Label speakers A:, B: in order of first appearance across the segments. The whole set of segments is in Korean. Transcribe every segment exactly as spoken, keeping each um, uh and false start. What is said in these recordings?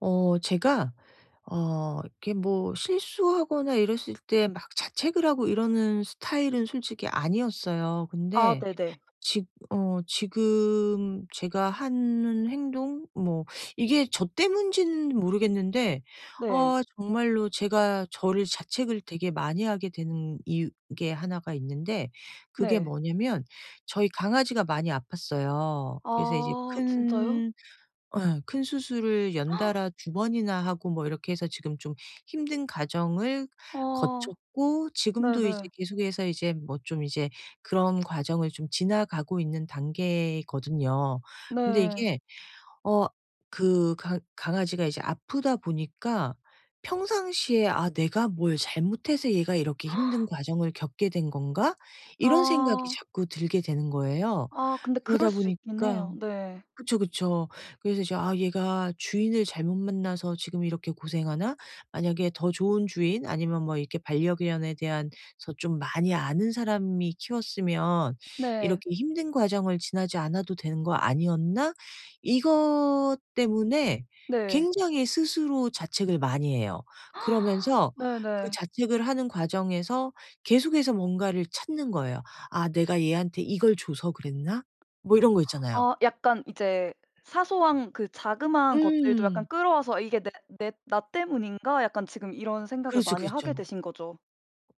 A: 어 제가 어 이렇게 뭐 실수하거나 이랬을 때 막 자책을 하고 이러는 스타일은 솔직히 아니었어요.
B: 아
A: 근데
B: 네네.
A: 지 어 지금 제가 하는 행동 뭐 이게 저 때문인지는 모르겠는데
B: 네.
A: 어 정말로 제가 저를 자책을 되게 많이 하게 되는 이유 게 하나가 있는데 그게
B: 네.
A: 뭐냐면 저희 강아지가 많이 아팠어요. 그래서 이제
B: 아 진짜요?
A: 큰 예. 큰 수술을 연달아 두 번이나 하고 뭐 이렇게 해서 지금 좀 힘든 과정을
B: 아
A: 거쳤고 지금도 이제
B: 네네.
A: 계속해서 이제 뭐 좀 이제 그런 과정을 좀 지나가고 있는 단계거든요. 근데
B: 네.
A: 이게 어 그 강 강아지가 이제 아프다 보니까 평상시에 '아 내가 뭘 잘못해서 얘가 이렇게 힘든 과정을 겪게 된 건가?' 이런 생각이
B: 아.
A: 자꾸 들게 되는 거예요.
B: 아 근데 그럴
A: 그러다
B: 수 있긴
A: 보니까
B: 해요. 네.
A: 그쵸, 그쵸. 그래서 이제 '아 얘가 주인을 잘못 만나서 지금 이렇게 고생하나?' 만약에 더 좋은 주인 아니면 뭐 이렇게 반려견에 대한 서 좀 많이 아는 사람이 키웠으면
B: 네.
A: '이렇게 힘든 과정을 지나지 않아도 되는 거 아니었나?' 이것 때문에
B: 네.
A: 굉장히 스스로 자책을 많이 해요. 그러면서 그
B: 네네.
A: 자책을 하는 과정에서 계속해서 뭔가를 찾는 거예요. '아 내가 얘한테 이걸 줘서 그랬나?' 뭐 이런 거 있잖아요.
B: 아 약간 이제 사소한 그 자그마한 것들도
A: 음.
B: 약간 끌어와서 아, '이게 내 내 나 때문인가?' 약간 지금 이런 생각을
A: 그렇죠,
B: 많이 하게
A: 그렇죠.
B: 되신 거죠.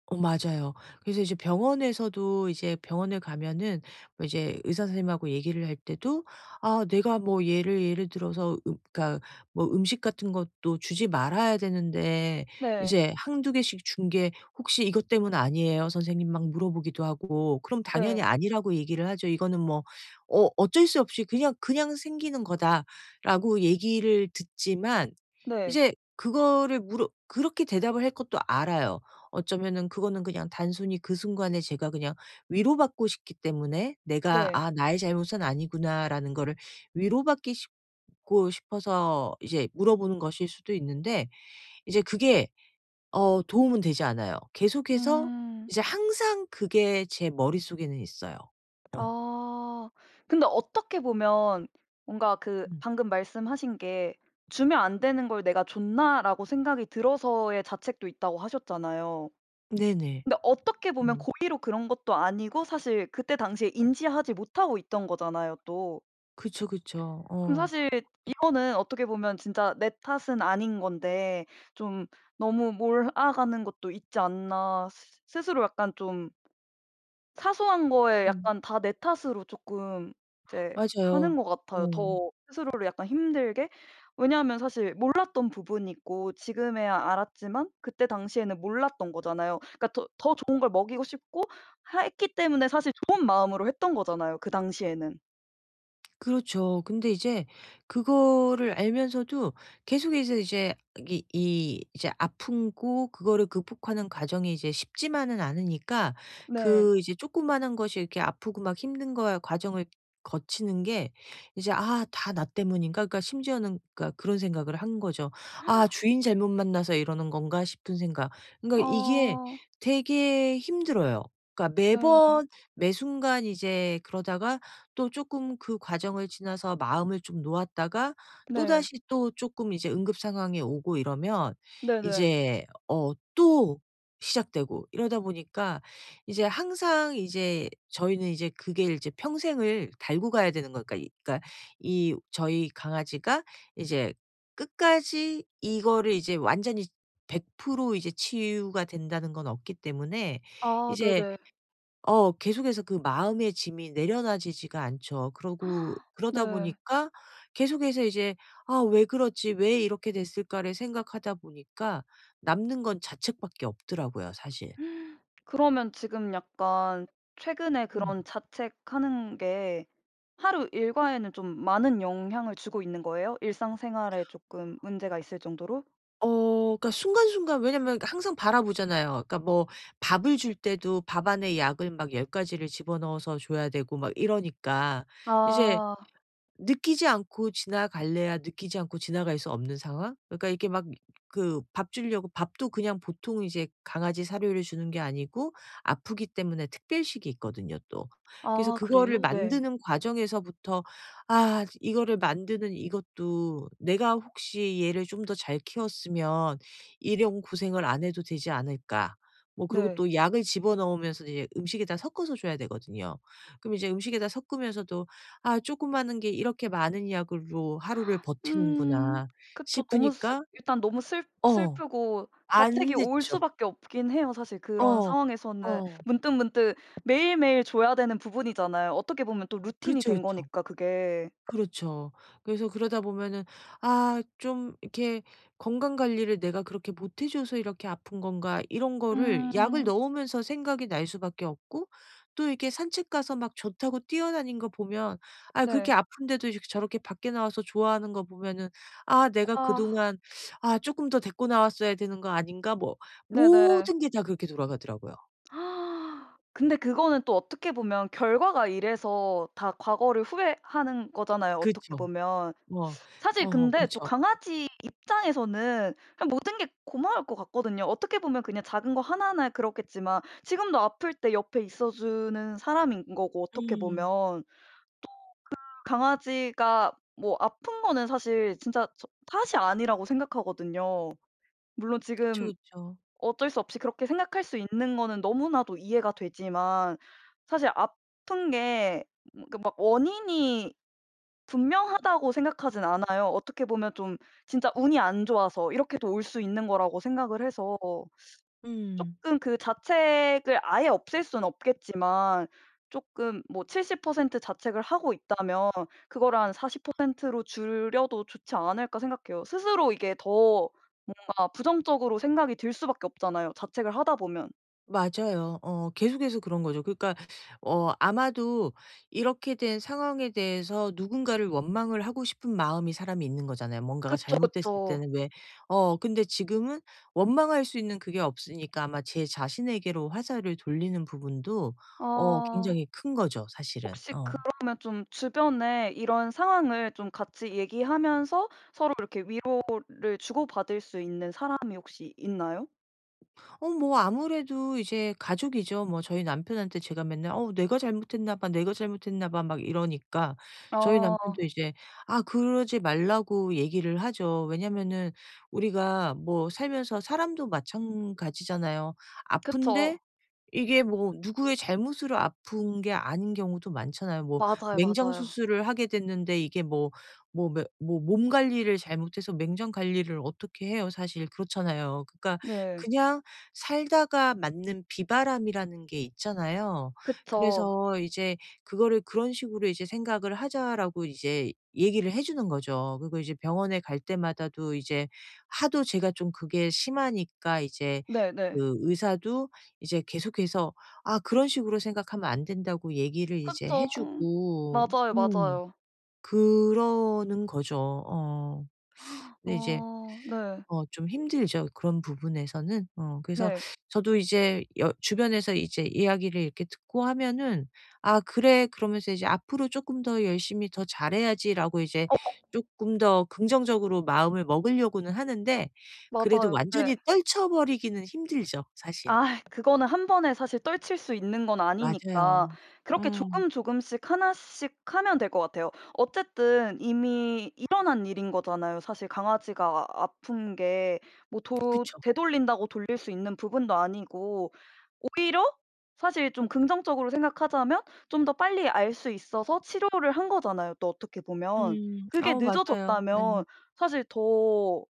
A: 어 맞아요. 그래서 이제 병원에서도 이제 병원에 가면은 뭐 이제 의사 선생님하고 얘기를 할 때도 아 내가 뭐 예를 예를 들어서 음 그러니까 뭐 음식 같은 것도 주지 말아야 되는데
B: 네.
A: 이제 한 두 개씩 준 게 "혹시 이것 때문 아니에요 선생님?" 막 물어보기도 하고 그럼 당연히
B: 네.
A: 아니라고 얘기를 하죠. "이거는 뭐 어 어쩔 수 없이 그냥 그냥 생기는 거다."라고 얘기를 듣지만
B: 네.
A: 이제 그거를 물어 그렇게 대답을 할 것도 알아요. 어쩌면은 그거는 그냥 단순히 그 순간에 제가 그냥 위로받고 싶기 때문에 '내가
B: 네.
A: 아 나의 잘못은 아니구나.'라는 거를 위로받기 싶고 싶어서 이제 물어보는 것일 수도 있는데 이제 그게 어 도움은 되지 않아요. 계속해서
B: 음.
A: 이제 항상 그게 제 머릿속에는 있어요. 어.
B: 아. 근데 어떻게 보면 뭔가 그
A: 음.
B: 방금 말씀하신 게 '주면 안 되는 걸 내가 줬나?'라고 생각이 들어서의 자책도 있다고 하셨잖아요.
A: 네네.
B: 근데 어떻게
A: 어.
B: 보면 고의로 그런 것도 아니고 사실 그때 당시에 인지하지 못하고 있던 거잖아요 또.
A: 그쵸, 그쵸.
B: 그럼
A: 어.
B: 사실 이거는 어떻게 보면 진짜 내 탓은 아닌 건데 좀 '너무 몰아가는 것도 있지 않나.' 스 스스로 약간 좀 사소한 거에
A: 음.
B: 약간 다 내 탓으로 쪼끔 이제 하는
A: 맞아요.
B: 것 같아요.
A: 어.
B: 더 스스로를 약간 힘들게. 왜냐하면 사실 몰랐던 부분이 있고 지금에야 알았지만 그때 당시에는 몰랐던 거잖아요. 그러니까 더 더 좋은 걸 먹이고 싶고 하 했기 때문에 사실 좋은 마음으로 했던 거잖아요, 그 당시에는.
A: 그렇죠. 근데 이제 그거를 알면서도 계속해서 이제 이 이 이제 아프고 그거를 극복하는 과정이 이제 쉽지만은 않으니까
B: 네.
A: 그 이제 조그마한 것이 이렇게 아프고 막 힘든 거 과정을 거치는 게 이제 '아 다 나 때문인가?' 그러니까 심지어는 그러니까 그런 생각을 한 거죠. '아 주인 잘못 만나서 이러는 건가?' 싶은 생각. 그러니까 이게
B: 아.
A: 되게 힘들어요. 그러니까
B: 네.
A: 매번 매 순간 이제 그러다가 또 쪼끔 그 과정을 지나서 마음을 좀 놓았다가
B: 네.
A: 또다시 또 쪼끔 이제 응급 상황이 오고 이러면
B: 네네.
A: 이제 어 또 시작되고 이러다 보니까 이제 항상 이제 저희는 이제 그게 이제 평생을 달고 가야 되는 거니까 이 그러니까 이 저희 강아지가 이제 끝까지 이거를 이제 완전히 백 프로 이제 치유가 된다는 건 없기 때문에
B: 아
A: 이제
B: 네네.
A: 어 계속해서 그 마음의 짐이 내려놔지지가 않죠. 그러고 그러다
B: 네.
A: 보니까 계속해서 이제 '아 왜 그러지? 왜 이렇게 됐을까?'를 생각하다 보니까 남는 건 자책밖에 없더라고요 사실.
B: 그러면 지금 약간 최근에
A: 음.
B: 그런 자책하는 게 하루 일과에는 좀 많은 영향을 주고 있는 거예요? 일상생활에 조금 문제가 있을 정도로?
A: 어 그러니까 순간순간 왜냐면 항상 바라보잖아요. 그러니까 뭐 밥을 줄 때도 밥 안에 약을 막 열 가지 가지를 집어넣어서 줘야 되고 막 이러니까 이제
B: 아.
A: 느끼지 않고 지나갈래야 느끼지 않고 지나갈 수 없는 상황? 그러니까 이렇게 막 그 밥 주려고 밥도 그냥 보통 이제 강아지 사료를 주는 게 아니고 아프기 때문에 특별식이 있거든요 또. 그래서
B: 아
A: 그거를
B: 그래요? 네.
A: 만드는 과정에서부터 '아 이거를 만드는 이것도 내가 혹시 얘를 좀 더 잘 키웠으면 이런 고생을 안 해도 되지 않을까.' 뭐 그리고
B: 네.
A: 또 약을 집어넣으면서 이제 음식에다 섞어서 줘야 되거든요. 그럼 이제 음식에다 섞으면서도 '아 조그마한 게 이렇게 많은 약으로 하루를
B: 음.
A: 버티는구나.'
B: 그쵸. 너무 슬
A: 싶으니까
B: 일단 너무 슬
A: 어
B: 슬프고
A: 안
B: 자책이 올
A: 됐죠.
B: 수밖에 없긴 해요. 사실 그런
A: 어.
B: 상황에서는
A: 어.
B: 문득문득 매일매일 줘야 되는 부분이잖아요. 어떻게 보면 또 루틴이
A: 그쵸,
B: 된
A: 그쵸.
B: 거니까 그게.
A: 그렇죠. 그래서 그러다 보면은 '아 좀 이렇게 건강 관리를 내가 그렇게 못해 줘서 이렇게 아픈 건가.' 이런 거를 약을
B: 음.
A: 넣으면서 생각이 날 수밖에 없고 또 이렇게 산책 가서 막 좋다고 뛰어다닌 거 보면 아 그렇게
B: 네.
A: 아픈데도 이렇게 저렇게 밖에 나와서 좋아하는 거 보면은 '아 내가
B: 아.
A: 그동안 아 조금 더 데리고 나왔어야 되는 거 아닌가.' 뭐
B: 네네.
A: 모든 게 다 그렇게 돌아가더라고요.
B: 아, 근데 그거는 또 어떻게 보면 결과가 이래서 다 과거를 후회하는 거잖아요, 어떻게
A: 그쵸.
B: 보면.
A: 뭐
B: 사실
A: 어어
B: 근데 또
A: 그쵸.
B: 강아지 입장에서는 그냥 모든 게 고마울 것 같거든요. 어떻게 보면 그냥 작은 거 하나하나 그렇겠지만 지금도 아플 때 옆에 있어 주는 사람인 거고 어떻게
A: 음.
B: 보면. 강아지가 뭐 아픈 거는 사실 진짜 저 탓이 아니라고 생각하거든요. 물론
A: 그쵸,
B: 지금
A: 그쵸.
B: 어쩔 수 없이 그렇게 생각할 수 있는 거는 너무나도 이해가 되지만 사실 아픈 게 뭐 그 막 원인이 분명하다고 생각하진 않아요. 어떻게 보면 좀 진짜 운이 안 좋아서 이렇게도 올 수 있는 거라고 생각을 해서
A: 음.
B: 쪼끔 그 자책을 아예 없앨 수는 없겠지만 쪼끔 뭐 칠십 퍼센트 자책을 하고 있다면 그거를 한 사십 퍼센트로 줄여도 좋지 않을까 생각해요. 스스로 이게 더 뭔가 부정적으로 생각이 들 수밖에 없잖아요, 자책을 하다 보면.
A: 맞아요. 어 계속해서 그런 거죠. 그러니까 어 아마도 이렇게 된 상황에 대해서 누군가를 원망을 하고 싶은 마음이 사람이 있는 거잖아요. 뭔가가
B: 그쵸,
A: 잘못됐을
B: 그쵸.
A: 때는 왜 어 근데 지금은 원망할 수 있는 그게 없으니까 아마 제 자신에게로 화살을 돌리는 부분도 어
B: 아
A: 굉장히 큰 거죠, 사실은.
B: 혹시
A: 어.
B: 그러면 좀 주변에 이런 상황을 좀 같이 얘기하면서 서로 이렇게 위로를 주고받을 수 있는 사람이 혹시 있나요?
A: 어 뭐 아무래도 이제 가족이죠. 뭐 저희 남편한테 제가 맨날 "어 내가 잘못했나 봐. 내가 잘못했나 봐." 막 이러니까 저희
B: 아
A: 남편도 이제 아 그러지 말라고 얘기를 하죠. 왜냐면은 우리가 뭐 살면서 사람도 마찬가지잖아요.
B: 그쵸.
A: 아픈데 이게 뭐 누구의 잘못으로 아픈 게 아닌 경우도 많잖아요. 뭐
B: 맞아요,
A: 맹장
B: 맞아요.
A: 수술을 하게 됐는데 이게 뭐 뭐 매 뭐 몸 관리를 잘못해서 맹장 관리를 어떻게 해요 사실. 그렇잖아요. 그러니까
B: 네.
A: 그냥 살다가 맞는 비바람이라는 게 있잖아요.
B: 그쵸.
A: 그래서 이제 그거를 그런 식으로 이제 생각을 하자라고 이제 얘기를 해 주는 거죠. 그리고 이제 병원에 갈 때마다도 이제 하도 제가 좀 그게 심하니까 이제
B: 네네.
A: 그 의사도 이제 계속해서 아 그런 식으로 생각하면 안 된다고 얘기를 이제
B: 그쵸.
A: 해 주고
B: 맞아요,
A: 음
B: 맞아요.
A: 그러는 거죠. 어. 근데 이제
B: 어 네.
A: 어 좀 힘들죠 그런 부분에서는. 어 그래서
B: 네.
A: 저도 이제 여 주변에서 이제 이야기를 이렇게 듣고 하면은 '아 그래.' 그러면서 이제 '앞으로 조금 더 열심히 더 잘해야지.'라고 이제
B: 어
A: 조금 더 긍정적으로 마음을 먹으려고는 하는데 그래도
B: 맞아요. 네.
A: 완전히 떨쳐 버리기는 힘들죠 사실.
B: 아 그거는 한 번에 사실 떨칠 수 있는 건 아니니까
A: 맞아요.
B: 그렇게
A: 음.
B: 조금 조금씩 하나씩 하면 될 것 같아요. 어쨌든 이미 일어난 일인 거잖아요. 사실 강아지가 아픈 게 뭐 도
A: 그쵸.
B: 되돌린다고 돌릴 수 있는 부분도 아니고 오히려 사실 좀 긍정적으로 생각하자면 좀 더 빨리 알 수 있어서 치료를 한 거잖아요 또 어떻게 보면.
A: 음.
B: 그게
A: 어 맞아요. 네.
B: 늦어졌다면 사실 더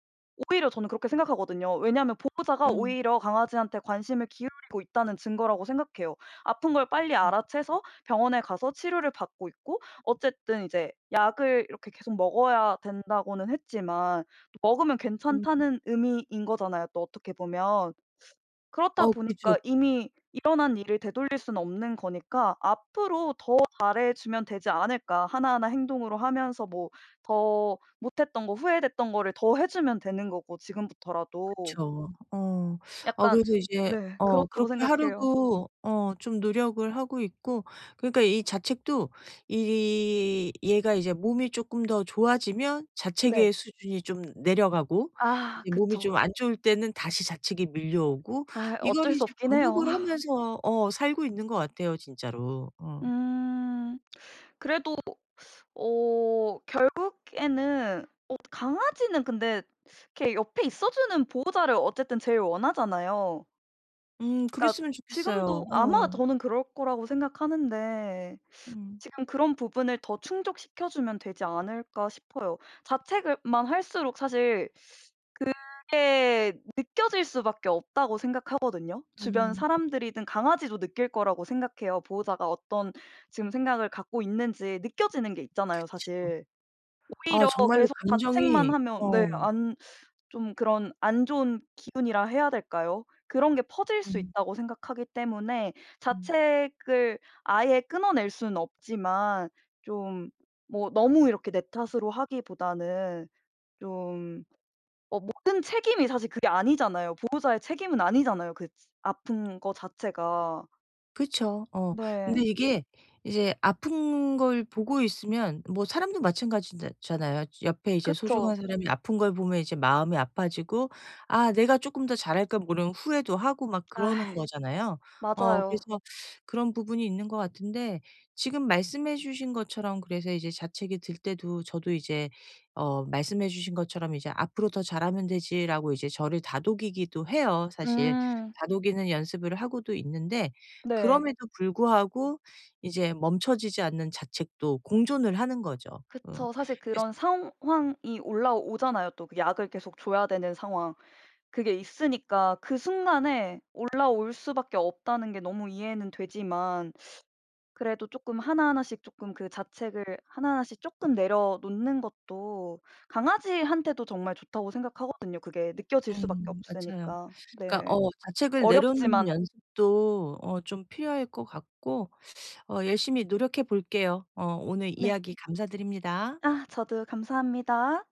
B: 오히려 저는 그렇게 생각하거든요. 왜냐하면 보호자가
A: 음.
B: 오히려 강아지한테 관심을 기울이고 있다는 증거라고 생각해요. 아픈 걸 빨리
A: 음.
B: 알아채서 병원에 가서 치료를 받고 있고 어쨌든 이제 약을 이렇게 계속 먹어야 된다고는 했지만 먹으면
A: 음.
B: 괜찮다는 의미인 거잖아요 또 어떻게 보면. 그렇다
A: 어 그렇죠.
B: 보니까 이미 일어난 일을 되돌릴 수는 없는 거니까 '앞으로 더 잘해 주면 되지 않을까.' 하나하나 행동으로 하면서 뭐 더 못했던 거 후회됐던 거를 더 해 주면 되는 거고 지금부터라도.
A: 그쵸. 어. 아
B: 약간
A: 그래서 이제
B: 네
A: 어
B: 그렇다고
A: 그렇게
B: 생각해요.
A: 하려고 어 좀 노력을 하고 있고 그러니까 이 자책도 이 얘가 이제 몸이 쪼끔 더 좋아지면
B: 네.
A: 자책의 수준이 좀 내려가고
B: 아
A: 이제 몸이 좀
B: 그쵸.
A: 안 좋을 때는 다시 자책이 밀려오고
B: 아
A: 이걸
B: 어쩔 수
A: 이제
B: 없긴 해요.
A: 반복을 하면서 어 살고 있는 것 같아요 진짜로. 어.
B: 음. 그래도 어 결국에는 어 강아지는 근데 이렇게 옆에 있어 주는 보호자를 어쨌든 제일 원하잖아요.
A: 음
B: 그러니까
A: 그랬으면 좋겠어요.
B: 지금도 아마
A: 어.
B: 저는 그럴 거라고 생각하는데
A: 음.
B: 지금 그런 부분을 더 충족시켜 주면 되지 않을까 싶어요. 자책을,만 할수록 사실 그게 느껴질 수밖에 없다고 생각하거든요. 주변
A: 음.
B: 사람들이든 강아지도 느낄 거라고 생각해요. 보호자가 어떤 지금 생각을 갖고 있는지 느껴지는 게 있잖아요
A: 그쵸.
B: 사실.
A: 아
B: 오히려
A: 정말로
B: 계속 자책만
A: 감정이
B: 하면 네
A: 어.
B: 안 좀 그런 안 좋은 기운이라 해야 될까요? 그런 게 퍼질 수
A: 음.
B: 있다고 생각하기 때문에
A: 음.
B: 자책을 아예 끊어낼 수는 없지만 좀 뭐 너무 이렇게 내 탓으로 하기보다는 좀 어 모든 책임이 사실 그게 아니잖아요. 보호자의 책임은 아니잖아요, 그 지 아픈 거 자체가.
A: 그쵸. 어. 근데
B: 네.
A: 이게 이제 아픈 걸 보고 있으면 뭐 사람도 마찬가지 잖아요. 옆에 이제
B: 그쵸.
A: 소중한 사람이 아픈 걸 보면 이제 마음이 아파지고 '아 내가 쪼끔 더 잘할 걸.' 모르면 후회도 하고 막 그러는
B: 아
A: 거잖아요. 어
B: 맞아요.
A: 그래서 그런 부분이 있는 것 같은데 지금 말씀해 주신 것처럼 그래서 이제 자책이 들 때도 저도 이제 어 말씀해 주신 것처럼 이제 '앞으로 더 잘하면 되지.'라고 이제 저를 다독이기도 해요 사실.
B: 음
A: 다독이는 연습을 하고도 있는데
B: 네.
A: 그럼에도 불구하고 이제 멈춰지지 않는 자책도 공존을 하는 거죠. 어.
B: 그쵸. 사실
A: 그래서
B: 그런 상황이 올라오잖아요, 또 그 약을 계속 줘야 되는 상황. 그게 있으니까 그 순간에 올라올 수밖에 없다는 게 너무 이해는 되지만 그래도 조금 하나하나씩 조금 그 자책을 하나하나씩 조금 내려놓는 것도 강아지한테도 정말 좋다고 생각하거든요 그게 느껴질 수밖에
A: 음 맞아요.
B: 없으니까.
A: 그러니까
B: 네.
A: 어 자책을 내려놓는
B: 어렵지만
A: 연습도 어 좀 필요할 것 같고 어 열심히 노력해 볼게요. 어 오늘
B: 네.
A: 이야기 감사드립니다.
B: 아 저도 감사합니다.